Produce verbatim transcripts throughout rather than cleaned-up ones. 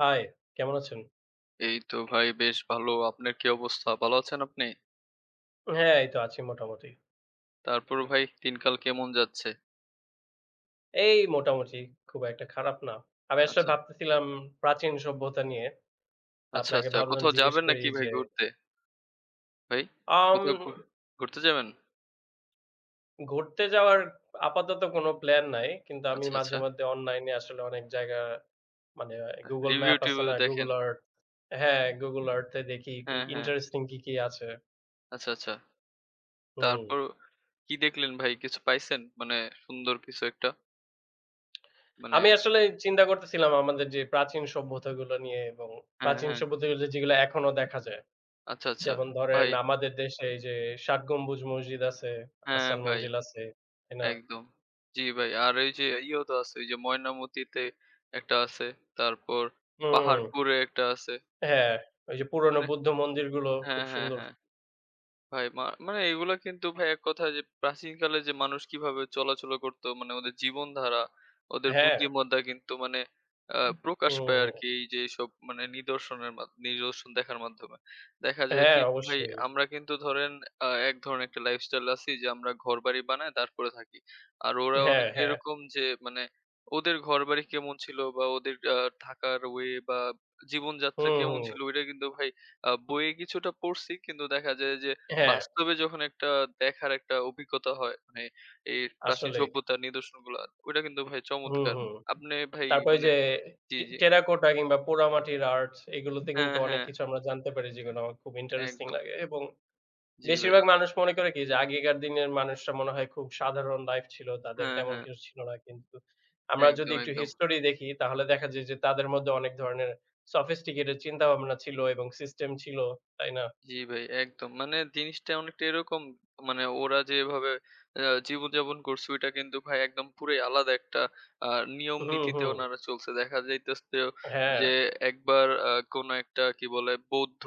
High, কেমন আছেন? এই তো ভাই বেশ ভালো। আপনার কি অবস্থা? ভালো আছেন আপনি? হ্যাঁ, এই তো আছি মোটামুটি। তারপর ভাই দিনকাল কেমন যাচ্ছে? এই মোটামুটি খুব একটা খারাপ না। আমি আসলে আচ্ছা, ভাবতেছিলাম প্রাচীন সভ্যতা নিয়ে। তা আচ্ছা, আপনাকে আচ্ছা। ভাবলাম কোথাও জিজ্ঞেস যাবেন করি নাকি ভাই যে ঘুরতে? ভাই আম কোথাও ঘু ঘুরতে যাবেন? ঘুরতে যাওয়ার আপাতত কোনো প্ল্যান নাই। কিন্তু আমি আচ্ছা, আচ্ছা। মাঝে মধ্যে অনলাইনে আসলে অনেক জায়গা মানে আ Google Map আছে রিভিউ-টিভিউ না? দেখেন। Google Earth, হ্যাঁ, Google Earth এ দেখি কি হ্যাঁ, হ্যাঁ। ইন্টারেস্টিং কি, কি আছে। আচ্ছা, আচ্ছা। হুম। তারপর কি দেখলেন ভাই? কিছু পাইছেন? মানে সুন্দর কিছু একটা? মানে আমি আসলে চিন্তা করতেছিলাম আমাদের যে প্রাচীন সভ্যতাগুলো নিয়ে এবং হ্যাঁ, প্রাচীন হ্যাঁ। সভ্যতাগুলো যেগুলো এখনো দেখা যায়। আচ্ছা, আচ্ছা। যেমন ধরেন ভাই আমাদের দেশে এই যে ষাট গম্বুজ মসজিদ আছে, হ্যাঁ, আহসান ভাই। মঞ্জিল আছে, তাই না? একদম। জি ভাই। আর এই যে ইয়েও তো আছে, ওই যে ময়নামতিতে একটা আছে। তারপর হুম, পাহাড়পুরে একটা আছে। হ্যাঁ, ওই যে পুরনো মানে বুদ্ধ মন্দিরগুলো হ্যাঁ, খুব হ্যাঁ, সুন্দর। হ্যাঁ। ভাই মা মানে এগুলা কিন্তু ভাই এক কথায় যে প্রাচীনকালে যে মানুষ কিভাবে চলাচল করতো মানে ওদের জীবনধারা, ওদের হ্যাঁ, বুদ্ধিমত্তা কিন্তু মানে আ প্রকাশ হুম, পায় হুম। আরকি এই যে এইসব মানে নিদর্শনের মাধ নিদর্শন দেখার মাধ্যমে। দেখা যায় হ্যাঁ, কি ভাই অবশ্যই। আমরা কিন্তু ধরেন আ এক ধরনের একটা লাইফস্টাইল আছি যে আমরা ঘরবাড়ি বানাই তারপরে থাকি। আর ওরা হ্যাঁ, অনেকটা হ্যাঁ। এরকম যে মানে ওদের ঘরবাড়ি কেমন ছিল বা ওদের আ থাকার ওয়ে বা জীবনযাত্রা হুম, কেমন হুম। ছিল ওইটা কিন্তু ভাই আ বইয়ে কিছুটা পড়ছি কিন্তু দেখা যায় যে হ্যাঁ, বাস্তবে যখন একটা দেখার একটা অভিজ্ঞতা হয় মানে এই প্রাচীন আসলেই। সভ্যতার নিদর্শনগুলা ওইটা কিন্তু ভাই হুম, চমৎকার। হুম। আপনি ভাই তারপর ওই মানে যে জি, টে জি। টেরাকোটা কিংবা পোড়ামাটির আর্ট এগুলোতে হ্যাঁ, কিন্তু অনেক হ্যাঁ, কিছু আমরা জানতে পারি যেগুলো আমার খুব ইন্টারেস্টিং একদম। লাগে এবং জি ভাই। বেশিরভাগ মানুষ মনে করে কি যে আগেকার দিনের মানুষরা মনে হয় খুব সাধারণ লাইফ ছিল। তাদের হ্যাঁ, তেমন হ্যাঁ। কিছু ছিল না। কিন্তু আমরা যদি একদম, একটু একদম। হিস্টোরি দেখি তাহলে দেখা যায় যে তাদের মধ্যে অনেক ধরনের sophisticated চিন্তাভাবনা ছিল এবং সিস্টেম ছিল। তাই না? জি ভাই একদম। মানে জিনিসটা অনেকটা এরকম মানে ওরা যেভাবে আ জীবনযাপন করছে ওইটা কিন্তু ভাই একদম পুরাই আলাদা একটা আ নিয়ম হুম, নীতিতে হুম। ওনারা চলছে। দেখা যাইতেছে হ্যাঁ। যে একবার আ কোনো একটা কি বলে বৌদ্ধ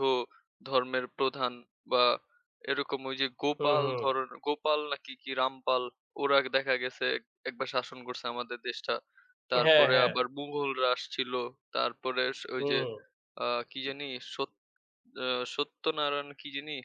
ধর্মের প্রধান বা এরকম ওই যে হুম, গোপাল হুম। ধরন গোপাল নাকি কি রামপাল, ওরা দেখা গেছে একবার শাসন করছে আমাদের দেশটা। হ্যাঁ, তারপরে হ্যাঁ। আবার মুঘলরা আসছিল। তারপরে স ওই যে হুম। আ কি জানি সত আ সত্যনারায়ণ কি যিনি?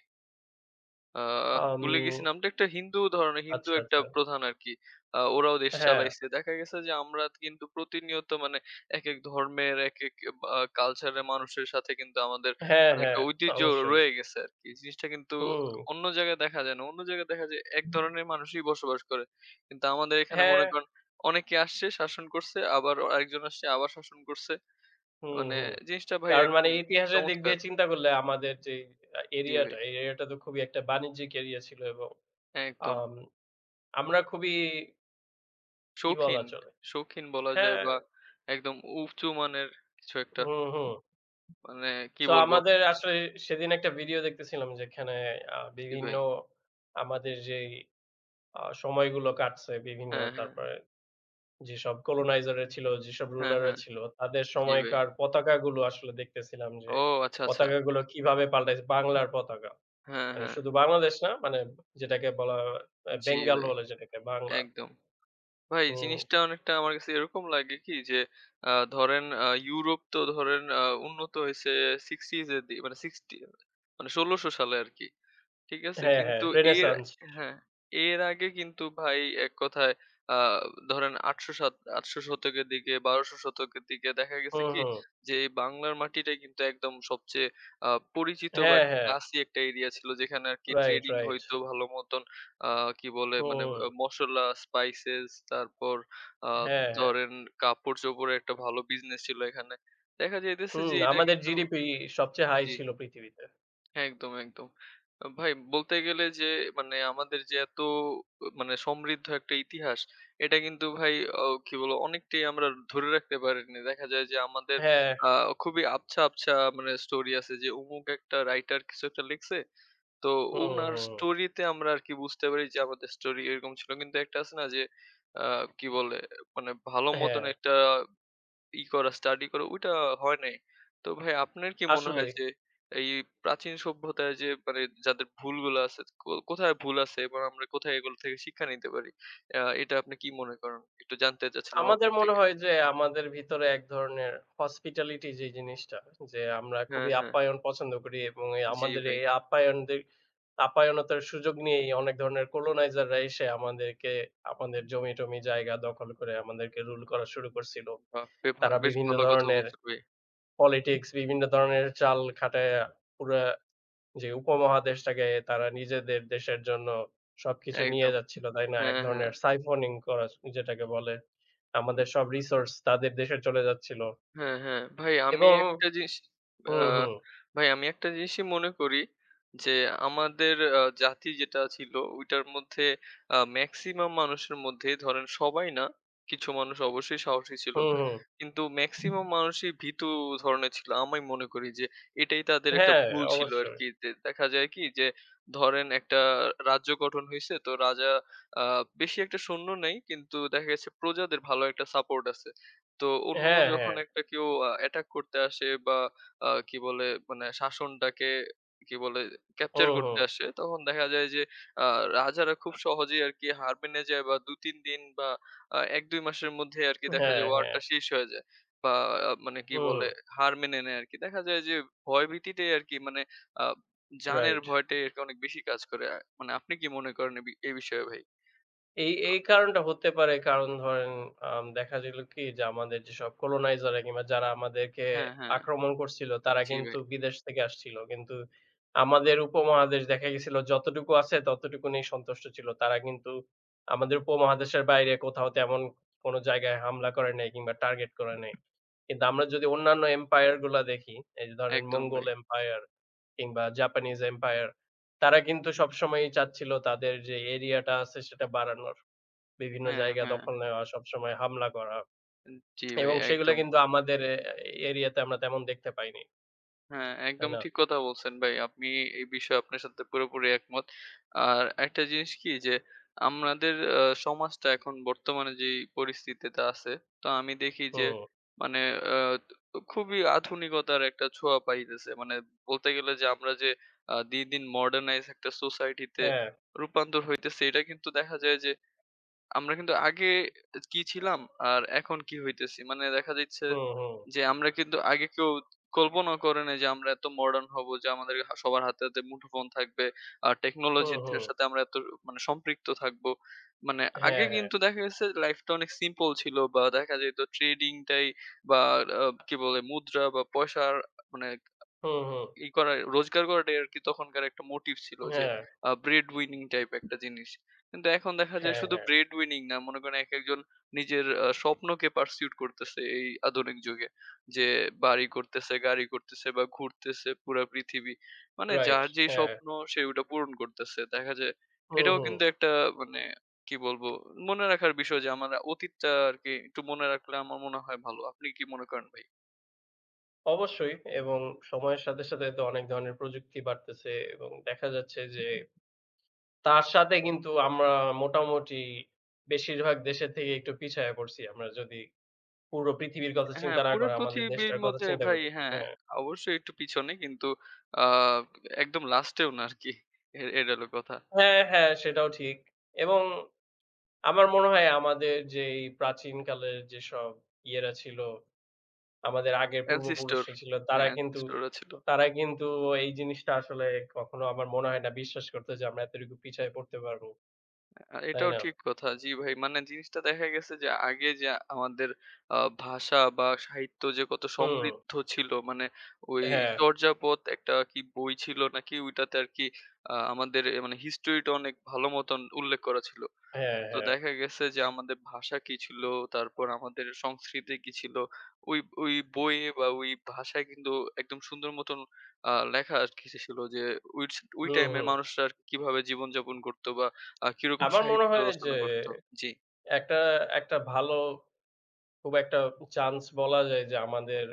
আ আম ভুলে গেছি নামটা। একটা হিন্দু ধরনের হিন্দু আচ্ছা, একটা আচ্ছা। প্রধান আরকি। আ ওরাও দেশ হ্যাঁ। চালাইছে। দেখা গেছে যে আমরা কিন্তু প্রতিনিয়ত মানে একেক ধর্মের একেক আ কালচারের মানুষের সাথে কিন্তু আমাদের হ্যাঁ, মানে একটা হ্যাঁ। ঐতিহ্য অবশ্যই। রয়ে গেছে আরকি। জিনিসটা কিন্তু হুম। অন্য জায়গায় দেখা যায় না। অন্য জায়গায় দেখা যায় এক ধরনের মানুষই বসবাস করে। কিন্তু আমাদের এখানে হ্যাঁ। মনে করেন অনেকে আসছে শাসন করছে, আবার আরেকজন আসছে আবার শাসন করছে। হুম, মানে হুম। জিনিসটা ভাই কারণ মানে একদম ইতিহাসের দিক চমৎকার। দিয়ে চিন্তা করলে আমাদের যেই আ জি ভাই, এরিয়াটা, এই এরিয়াটা তো খুবই একটা বাণিজ্যিক এরিয়া ছিল এবং হ্যাঁ একদম। আম আমরা খুবই কি শৌখিন, বলা চলে? শৌখিন বলা যায় হ্যাঁ, বা একদম উঁচু মানের কিছু একটা। হুম, হুম। মানে কি সো বলবো? আমাদের আসলে সেদিন একটা ভিডিও দেখতেছিলাম যেখানে আ জি বিভিন্ন ভাই। আমাদের যেই আ সময়গুলো কাটছে বিভিন্ন হ্যাঁ, হ্যাঁ। তারপরে যেসব colonizer রা ছিল, যেসব হ্যাঁ, ruler রা হ্যাঁ। ছিল তাদের জি ভাই। সময়কার পতাকাগুলো আসলে দেখতেছিলাম যে ও আচ্ছা, আচ্ছা। পতাকাগুলো কিভাবে পাল্টাইছে, বাংলার পতাকা। হ্যাঁ, মানে হ্যাঁ। শুধু বাংলাদেশ না মানে যেটাকে বলা আ জি বেঙ্গল ভাই। বলে যেটাকে বাংলা। একদম। ভাই হুম। জিনিসটা অনেকটা আমার কাছে এরকম লাগে কি যে আ ধরেন আ ইউরোপ তো ধরেন আ উন্নত হইছে সিক্সটিস এর দি মানে সিক্সটি মানে ষোলোশো সালে আরকি। ঠিক আছে? হ্যাঁ, হ্যাঁ। কিন্তু এর রেনেসাঁস। হ্যাঁ, এর আগে কিন্তু ভাই এক কথায় আ ধরেন আটশো সাত আটশো শতকের দিকে বারোশো শতকের দিকে দেখা গেছে হুম, কি হুম। যে এই বাংলার মাটিটাই কিন্তু একদম সবচেয়ে আ পরিচিত বা হ্যাঁ, একটা হ্যাঁ। ক্লাসি একটা এরিয়া ছিল যেখানে আরকি রাইট, ট্রেডিং রাইট। হইতো ভালো মতন। আ কি বলে মানে হুম। আ মসলা, স্পাইসেস তারপর আ হ্যাঁ, হ্যাঁ। ধরেন কাপড়-চোপড়ের একটা ভালো বিজনেস ছিল এখানে। দেখা যাইতেছে যে হুম, এটা আমাদের কিন্তু জিডিপি সবচেয়ে হাই জি। ছিল পৃথিবীতে। একদম, একদম। আ ভাই বলতে গেলে যে মানে আমাদের যে এত মানে সমৃদ্ধ একটা ইতিহাস, এটা কিন্তু ভাই অ কি বলবো অনেকটাই আমরা ধরে রাখতে পারিনি। দেখা যায় যে আমাদের হ্যাঁ। আ খুবই আবছা, আবছা মানে স্টোরি আছে যে অমুক একটা রাইটার কিছু একটা লিখছে। তো হুম, উনার হুম। স্টোরিতে আমরা আরকি বুঝতে পারি যে আমাদের স্টোরি এরকম ছিল। কিন্তু একটা আছে না যে আ কি বলে মানে ভালো হ্যাঁ, মতন একটা ই করা, স্টাডি করা ওইটা হয় নাই। তো ভাই আপনার কি মনে হয় আসলেই। যে এই প্রাচীন সভ্যতায় যে মানে যাদের ভুলগুলো আছে, কো কোথায় ভুল আছে এবং আমরা কোথায় এগুলো থেকে শিক্ষা নিতে পারি? আ এটা আপনি কি মনে করেন? একটু জানতে চাচ্ছিলাম আমাদের আপনার মনে থেকে। হয় যে আমাদের ভিতরে এক ধরনের hospitality যে জিনিসটা যে আমরা হ্যাঁ, খুবই হ্যাঁ। আপ্যায়ন পছন্দ করি এবং এই জি আমাদের ভাই। এই আপ্যায়নদের আপায়নতার সুযোগ নিয়েই অনেক ধরনের কলোনাইজাররা এসে আমাদেরকে আমাদের জমি-টমি জায়গা দখল করে আমাদেরকে রুল করা শুরু করছিল। বাহ! বে ভা তারা বেশ বিভিন্ন ভালো কথা ধরনের বলছেন ভাই। পলিটিক্স, বিভিন্ন ধরনের চাল খাটাইয়া পুরা যে উপমহাদেশটাকে তারা নিজেদের দেশের জন্য সবকিছু নিয়ে একদম। যাচ্ছিল, তাই না? হ্যাঁ, এক হ্যাঁ। ধরনের সাইফনিং করা যেটাকে বলে। আমাদের সব রিসোর্স তাদের দেশে চলে যাচ্ছিল হ্যাঁ, হ্যাঁ। ভাই আমি এবং একটা জিনিস আ হুম, হুম, ভাই আমি একটা জিনিসই মনে করি যে আমাদের আ জাতি যেটা ছিল ওইটার মধ্যে আ মেক্সিমাম মানুষের মধ্যে ধরেন সবাই না, কিছু মানুষ অবশ্যই সাহসী ছিল। হুম, হুম। কিন্তু মেক্সিমাম মানুষই ভীতু ধরনের ছিল। আমি মনে করি যে এটাই তাদের একটা হ্যাঁ, ভুল ছিল অবশ্যই। আরকি। দে দেখা যায় কি যে ধরেন একটা রাজ্য গঠন হইছে তো রাজা আ বেশি একটা সৈন্য নেই কিন্তু দেখা গেছে প্রজাদের ভালো একটা সাপোর্ট আছে। তো অন্য হ্যাঁ, হ্যাঁ। যখন একটা কেউ আ অ্যাটাক করতে আসে বা আ কি বলে মানে শাসনটাকে কি বলে ক্যাপচার হুম, করতে হুম। আসে তখন দেখা যায় যে আ রাজারা খুব সহজেই আরকি হার মেনে যায় বা দুই তিন দিন বা আ এক দুই মাসের মধ্যে আরকি দেখা হ্যাঁ, যায় হ্যাঁ। ওয়ারটা শেষ হয়ে যায়। বা আ মানে কি বলে হুম, হার মেনে নেয় আরকি। দেখা যায় যে ভয়ভীতিটাই আরকি মানে আ জানের রাইট। ভয়টাই আরকি অনেক বেশি কাজ করে। আ মানে আপনি কি মনে করেন এ বি এই বিষয়ে ভাই? এই, এই কারণটা হতে পারে। কারণ ধরেন আম দেখা গেল কি যে আমাদের যেসব colonizer রা কিংবা যারা আমাদেরকে হ্যাঁ, হ্যাঁ। আক্রমণ করছিল তারা জি কিন্তু ভাই। বিদেশ থেকে আসছিল। কিন্তু আমাদের উপমহাদেশ দেখা গেছিল যতটুকু আছে ততটুকু নিয়েই সন্তুষ্ট ছিল। তারা কিন্তু আমাদের উপমহাদেশের বাইরে কোথাও তেমন কোনো জায়গায় হামলা করে নাই কিংবা টার্গেট করে নাই। কিন্তু আমরা যদি অন্যান্য empire গুলা দেখি, এই যে ধরেন একদম মঙ্গোল ভাই। empire কিংবা জাপানিজ empire তারা কিন্তু সবসময়ই চাচ্ছিল তাদের যে এরিয়াটা আছে সেটা বাড়ানোর। বিভিন্ন হ্যাঁ, জায়গা হ্যাঁ। দখল নেওয়া, সবসময় হামলা করা জি ভাই এবং সেগুলা একদম। কিন্তু আমাদের এ এরিয়াতে আমরা তেমন দেখতে পাইনি। হ্যাঁ, তাই একদম না? ঠিক কথা বলছেন ভাই। আপনি এই বিষয়ে আপনার সাথে পুরোপুরি একমত। আর একটা জিনিস কি যে আমাদের আ সমাজটা এখন বর্তমানে যেই পরিস্থিতিতে আছে, তো আমি দেখি যে হুম, মানে আ খুবই আধুনিকতার একটা ছোঁয়া পাইতেছে। মানে বলতে গেলে যে আমরা যে আ দিন, দিন মডার্নাইজ একটা সোসাইটিতে হ্যাঁ, রূপান্তর হইতেছে, এটা কিন্তু দেখা যায় যে আমরা কিন্তু আগে কি ছিলাম আর এখন কি হইতেছি। মানে দেখা যাচ্ছে হুম, হুম, যে আমরা কিন্তু আগে কেউ কল্পনাও করে নাই যে আমরা এত মডার্ন হব যে আমাদের হা সবার হাতে, হাতে মুঠোফোন থাকবে। আর হুম, টেকনোলজির হুম, সাথে আমরা এত মানে সম্পৃক্ত থাকবো। মানে আগে হ্যাঁ, হ্যাঁ, কিন্তু দেখা গেছে লাইফটা অনেক সিম্পল ছিল বা দেখা যেত ট্রেডিং টাই বা আ কি বলে মুদ্রা বা পয়সার মানে হুম, হুম, ই করা রোজগার করাটাই আরকি তখনকার একটা মোটিভ ছিল যে হ্যাঁ, আ ব্রেড উইনিং টাইপ একটা জিনিস। কিন্তু এখন দেখা যায় হ্যাঁ, শুধু হ্যাঁ, ব্রেড উইনিং না, মনে করেন একেকজন নিজের আ স্বপ্নকে পারসিউট করতেছে এই আধুনিক যুগে। যে বাড়ি করতেছে, গাড়ি করতেছে বা ঘুরতেছে পুরা পৃথিবী। মানে রাইট, যার যেই হ্যাঁ, স্বপ্ন সে ওটা পূরণ করতেছে। দেখা যায় হুম, এটাও হুম। কিন্তু একটা মানে কি বলবো মনে রাখার বিষয় যে আমার অতীতটা আরকি একটু মনে রাখলে আমার মনে হয় ভালো। আপনি কি মনে করেন ভাই? অবশ্যই এবং সময়ের সাথে, সাথে তো অনেক ধরনের প্রযুক্তি বাড়তেছে এবং দেখা যাচ্ছে যে তার সাথে কিন্তু আমরা মোটামুটি বেশিরভাগ দেশের থেকে একটু পিছায়া পড়ছি। আমরা যদি পুরো পৃথিবীর কথা হ্যাঁ, চিন্তা না পুরো করে আমাদের পৃথিবীর দেশটার কথা মধ্যে চিন্তা ভাই করি। হ্যাঁ, হ্যাঁ। অবশ্যই একটু পিছনে কিন্তু আহ একদম লাস্টেও না আরকি। এ এটা হলো কথা। হ্যাঁ, হ্যাঁ, সেটাও ঠিক। এবং আমার মনে হয় আমাদের যে এই প্রাচীনকালের যেসব ইয়েরা ছিল, আমাদের আগের ancestor পূর্বপুরুষরা ছিল, হ্যাঁ, তারা কিন্তু ancestor রা ছিল। তারা কিন্তু এই জিনিসটা আসলে কখনো আমার মনে হয় না বিশ্বাস করতো যে আমরা এতটুকু পিছায় পড়তে পারবো। আ তাই এটাও না? ঠিক কথা। জি ভাই, মানে জিনিসটা দেখা গেছে যে আগে যে আমাদের আ ভাষা বা সাহিত্য যে কত হুম। সমৃদ্ধ ছিল মানে ওই হ্যাঁ, চর্যাপদ একটা কি বই ছিল নাকি ওইটাতে আরকি আ আমাদের এ মানে হিস্ট্রিটা অনেক ভালো মতন উল্লেখ করা ছিল। হ্যাঁ, তো হ্যাঁ। দেখা গেছে যে আমাদের ভাষা কি ছিল, তারপর আমাদের সংস্কৃতি কি ছিল, ওই ওই বইয়ে বা ওই ভাষায় কিন্তু একদম সুন্দর মতন আ লেখা আরকি ছিল যে ওই ওই হুম, টাইমের হুম। মানুষরা আরকি কিভাবে জীবনযাপন করত বা আ কিরকম আমার মনে সাহিত্য হয় যে রচনা করত। জি, একটা একটা ভালো খুব একটা চান্স বলা যায় যে আমাদের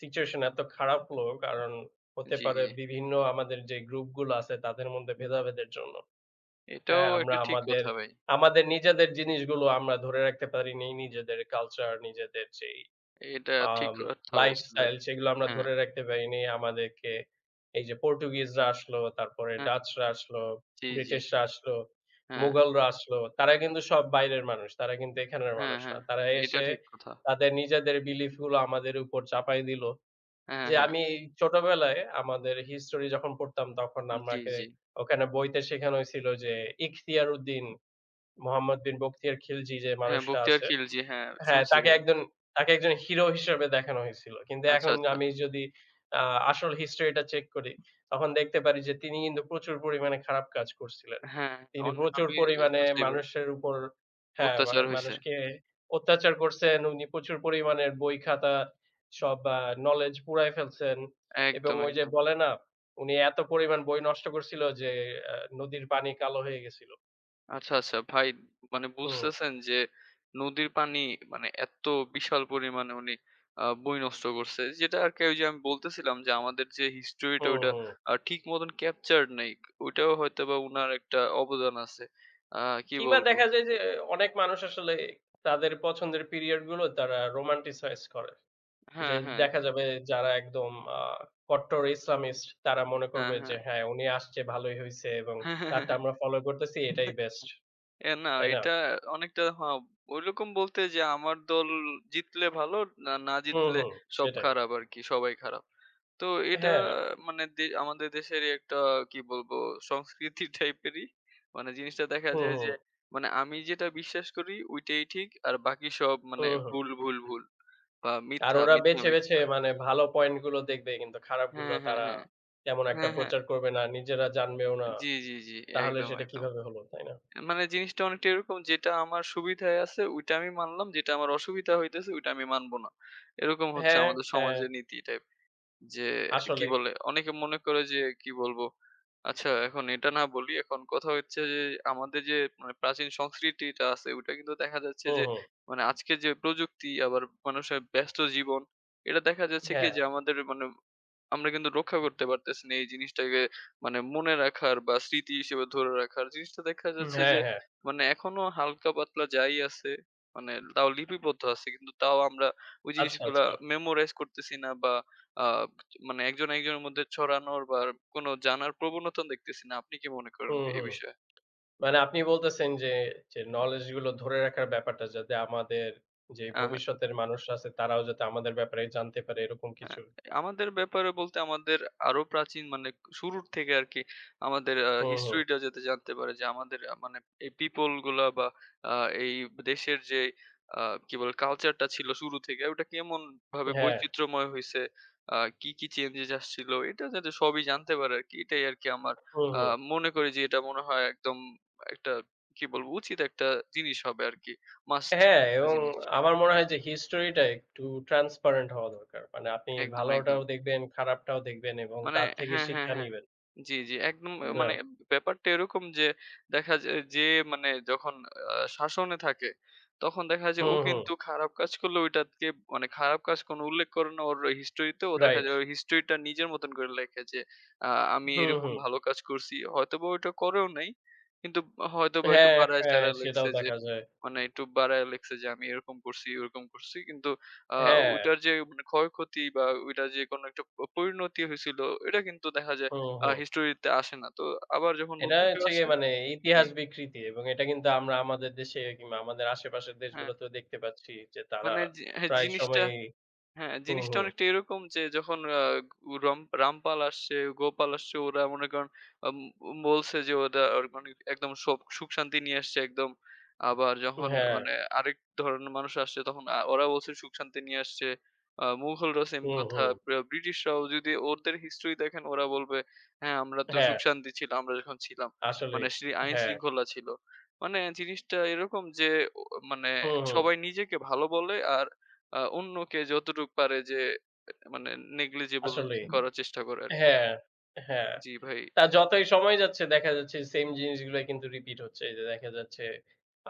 সিচুয়েশন এত খারাপ হলো কারণ হতে জি, পারে জি। বিভিন্ন আমাদের যে গ্রুপগুলো আছে তাদের মধ্যে হুম, ভেদাভেদের জন্য। এটাও হ্যাঁ, আমরা একটা ঠিক আমাদের কথা ভাই। আমাদের নিজেদের জিনিসগুলো আমরা ধরে রাখতে পারিনি। নিজেদের কালচার, নিজেদের যেই এটা ঠিক আম কথা বলছেন ভাই। লাইফস্টাইল সেগুলো আমরা হ্যাঁ, ধরে রাখতে পারিনি। আমাদেরকে এই যে পর্তুগিজরা আসলো, তারপরে হ্যাঁ। ডাচরা আসলো, জি, জি। ব্রিটিশরা আসলো, হ্যাঁ, মুঘলরা আসলো। তারা কিন্তু সব বাইরের মানুষ। তারা কিন্তু এখানের হ্যাঁ, মানুষ না। হ্যাঁ। তারা এটা এসে ঠিক কথা। তাদের নিজেদের বিলিফ গুলো আমাদের উপর চাপায় দিল। হ্যাঁ, যে হ্যাঁ। আমি ছোটবেলায় আমাদের হিস্টরি যখন পড়তাম তখন জি, আমাকে জি। ওখানে বইতে শেখানো হয়েছিল যে ইখতিয়ার উদ্দিন, মোহাম্মদ বিন বখতিয়ার খিলজি যে হ্যাঁ, মানুষটা 'বখতিয়ার আছে, খিলজি' হ্যাঁ, হ্যাঁ, শুনছি তাকে ভাই। একজন তাকে একজন হিরো হিসেবে দেখানো হয়েছিল। কিন্তু আচ্ছা, এখন আচ্ছা। আমি যদি আ আসল হিস্ট্রিটা চেক করি, তখন দেখতে পারি যে তিনি কিন্তু প্রচুর পরিমাণে খারাপ কাজ করছিলেন। হ্যাঁ, তিনি অনে প্রচুর আমি পরিমাণে শুনছি ভাই। মানুষের উপর হ্যাঁ, মা অত্যাচার হইছে। মানুষকে অত্যাচার করছেন। উনি প্রচুর পরিমাণের বই-খাতা সব আ নলেজ পুড়ায় ফেলছেন এবং একদম, ওই যে একদম। বলে না, উনি এত পরিমাণ বই নষ্ট করছিল যে আ নদীর পানি কালো হয়ে গেছিল। আচ্ছা, আচ্ছা ভাই মানে হুম, বুঝতেছেন যে নদীর পানি মানে এত বিশাল পরিমাণে উনি আ বই নষ্ট করছে। যেটা আরকি ওইযে আমি বলতেছিলাম যে আমাদের যে হিস্ট্রিটা হুম, ওইটা হুম। আ ঠিক মতন ক্যাপচারড নাই। ওইটাও হয়তোবা উনার একটা অবদান আছে। আ কি কিংবা বলবো? দেখা যায় যে অনেক মানুষ আসলে তাদের পছন্দের পিরিয়ড গুলো তারা রোমান্টিসাইজ করে। যে হ্যাঁ, হ্যাঁ, দেখা জি। যাবে যারা একদম আ কট্টর ইসলামিস্ট তারা মনে হ্যাঁ, করবে যে হ্যাঁ। হ্যাঁ, উনি আসছে ভালোই হইছে এবং তারটা আমরা ফলো করতেছি এটাই বেস্ট। এ না তাই না? এটা অনেকটা হ্যাঁ, ঐরকম বলতে যে আমার দল জিতলে ভালো, না, না হুম, জিতলে হুম, সব সেটাই। খারাপ আরকি, সবাই খারাপ। তো এটা হ্যাঁ, মানে দে আমাদের দেশেরই একটা কি বলবো সংস্কৃতি টাইপেরই। মানে জিনিসটা দেখা হুম, যায় যে হুম, মানে আমি যেটা বিশ্বাস করি ওইটাই ঠিক আর বাকি সব মানে হুম, হুম। ভুল, ভুল, ভুল বা আর মিথ্যা, ওরা মিথ্যা, বেছে, বেছে মিথ্যা। মানে ভালো পয়েন্ট গুলো দেখবে কিন্তু খারাপগুলো হ্যাঁ, হ্যাঁ, তারা হ্যাঁ। তেমন একটা হ্যাঁ, হ্যাঁ। প্রচার করবে না, নিজেরা জানবেও না। জি, জি, জি। তাহলে একদম, সেটা একদম। কিভাবে হলো, তাই না? মানে জিনিসটা অনেকটা এরকম, যেটা আমার সুবিধায় আছে ওইটা আমি মানলাম, যেটা আমার অসুবিধা হইতেছে ওইটা আমি মানব না। এরকম হচ্ছে হ্যাঁ, আমাদের হ্যাঁ, সমাজের নীতি টাইপ। যে কি আসলেই। বলে? অনেকে মনে করে যে কি বলবো? আচ্ছা এখন এটা না বলি। এখন কথা হচ্ছে যে আমাদের যে মানে প্রাচীন সংস্কৃতিটা আছে ওইটা কিন্তু দেখা যাচ্ছে হুম, যে হুম। মানে আজকে যে প্রযুক্তি আবার মানুষের ব্যস্ত জীবন, এটা দেখা যাচ্ছে কি হ্যাঁ। যে আমাদের মানে আমরা কিন্তু রক্ষা করতে পারতেছি না এই জিনিসটাকে মানে মনে রাখার বা স্মৃতি হিসেবে ধরে রাখার। জিনিসটা দেখা উম যাচ্ছে হ্যাঁ, যে হ্যাঁ। মানে এখনো হালকা পাতলা যাই আছে, মানে তাও লিপিবদ্ধ আছে। কিন্তু তাও আমরা ওই আচ্ছা, জিনিসগুলা আচ্ছা। মেমোরাইজ করতেছি না বা আ মানে একজন একজনের মধ্যে ছড়ানোর বা কোনো জানার প্রবণতা দেখতেছি না। আপনি কি মনে করেন হুম, ভাই এই হুম। বিষয়ে? মানে আপনি বলতেছেন যে, যে নলেজ গুলো ধরে রাখার ব্যাপারটা যাতে আমাদের যে আ ভবিষ্যতের মানুষরা আছে তারাও যাতে আমাদের ব্যাপারে জানতে পারে এরকম হ্যাঁ, কিছু। আমাদের ব্যাপারে বলতে আমাদের আরো প্রাচীন মানে শুরুর থেকে আরকি আমাদের আ হুম, হুম। হিস্ট্রিটা যাতে জানতে পারে যে আমাদের আ মানে এই পিপল গুলা বা আ এই দেশের যে আ কি বলে কালচারটা ছিল শুরু থেকে ওটা কেমন ভাবে হ্যাঁ। বৈচিত্র্যময় হইছে, আ কি, কি চেঞ্জেস আসছিল এটা যাতে সবই জানতে পারে আরকি। এটাই আরকি আমার হুম, আ হুম। মনে করি যে এটা মনে হয় একদম একটা কি বলবো উচিত একটা জিনিস হবে আরকি। মাস্ট হ্যাঁ একটা এবং জিনিস। আমার মনে হয় যে হিস্টরিটা একটু ট্রান্সপারেন্ট হওয়া দরকার। মানে আপনি একদম, একদম। ভালোটাও দেখবেন, খারাপটাও দেখবেন এবং মানে তার থেকে হ্যাঁ, হ্যাঁ, শিক্ষা হ্যাঁ। নিবেন। জি, জি। একদম আ তাই না? মানে ব্যাপারটা এরকম যে দেখা যায় যে মানে যখন আ শাসনে থাকে তখন দেখা যায় ও হুম, হুম। কিন্তু খারাপ কাজ করলে ওইটাকে মানে খারাপ কাজ কোনো উল্লেখ করে না ওর হিস্টরি তে ও দেখা রাইট। যায় ওই হিস্টরি টা নিজের মতন করে লেখে যে আ আমি হুম, এরকম হুম। ভালো কাজ করছি। হয়তোবা ওইটা করেও নাই। কিন্তু হয়তোবা একটু হ্যাঁ, হ্যাঁ বাড়ায়-চাড়ায় লেখছে সেটাও যে দেখা যায়। মানে একটু বাড়ায় লিখছে যে আমি এরকম করছি, ওরকম করছি। কিন্তু আ হ্যাঁ। ওইটার যে মানে ক্ষয়ক্ষতি বা ওইটার যে কোনো একটা প পরিণতি হইছিল, এটা কিন্তু দেখা যায় হুম, আ হুম। হিস্টরিতে আসে না। তো আবার যখন এটা নতুন কেউ হচ্ছে আসে গিয়ে মানে জি, ইতিহাস বিকৃতি এবং এটা কিন্তু আমরা আমাদের দেশে কিংবা আমাদের আশেপাশের হ্যাঁ, দেশগুলোতেও দেখতে পাচ্ছি যে তারা মানে জি হ্যাঁ, প্রায় জিনিসটা সময়ই হ্যাঁ, হুম, জিনিসটা হুম। অনেকটা এরকম যে যখন আ রম রামপাল আসছে, গোপাল আসছে ওরা মনে করেন আম বলছে যে ওরা ওর মানে একদম সব সুখ শান্তি নিয়ে আসছে একদম। আবার যখন হ্যাঁ, মানে আরেক ধরনের মানুষ আসছে তখন আ ওরা বলছে সুখ শান্তি নিয়ে আসছে। আ মুঘলরাও সেম হুম, কথা। হুম। ব্রা ব্রিটিশরাও যদি ওদের হিস্ট্রি দেখেন ওরা বলবে, "হ্যাঁ, আমরা তো সুখ হ্যাঁ, শান্তি ছিলাম, আমরা যখন ছিলাম। আসলেই। মানে শ্রী আইন হ্যাঁ, শৃঙ্খলা ছিল।" মানে জিনিসটা এরকম যে ও মানে হুম, হুম। সবাই নিজেকে ভালো বলে আর আ অন্যকে যতটুক পারে যে মানে নেগলিজিবল আসলেই। করার চেষ্টা করে আরকি। হ্যাঁ, হ্যাঁ। জি ভাই। তা যতই সময় যাচ্ছে দেখা যাচ্ছে সেম জিনিসগুলাই কিন্তু রিপিট হচ্ছে। এই যে দেখা যাচ্ছে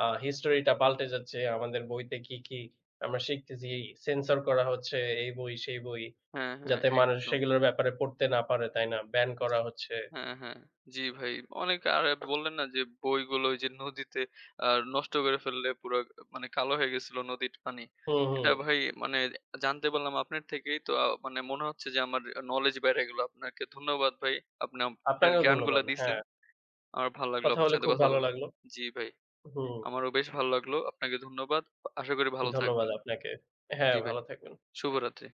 আ হিস্টরিটা পাল্টে যাচ্ছে। আমাদের বইতে কি, কি আমরা শিখতেছি সেন্সর করা হচ্ছে এই বই, সেই বই। হ্যাঁ, হ্যাঁ, যাতে মানুষ একদম। সেগুলোর ব্যাপারে পড়তে না পারে, তাই না? ব্যান জি। করা হচ্ছে। হ্যাঁ, হ্যাঁ। জি ভাই। অনেক আর আপনি বললেন না যে বইগুলো ওই যে নদীতে আ নষ্ট করে ফেললে পুরা মানে কালো হয়ে গেছিল নদীর পানি। হুম, এটা হুম। ভাই মানে জানতে পারলাম আপনার থেকেই তো আ মানে মনে হচ্ছে যে আমার নলেজ বেড়ে গেল। আপনাকে ধন্যবাদ ভাই। আপনি আপনার আপনাকেও জ্ঞানগুলা ধন্যবাদ। দিছেন। হ্যাঁ, আমার ভালো লাগলো কথা আপনার বলে সাথে খুব কথা ভালো বলে। লাগলো। জি ভাই। হুম, আমারও বেশ ভালো লাগলো। আপনাকে ধন্যবাদ। আশা করি ভালো ধন্যবাদ থাকবেন। আপনাকে। হ্যাঁ, জি ভাই। ভালো থাকবেন। শুভরাত্রি।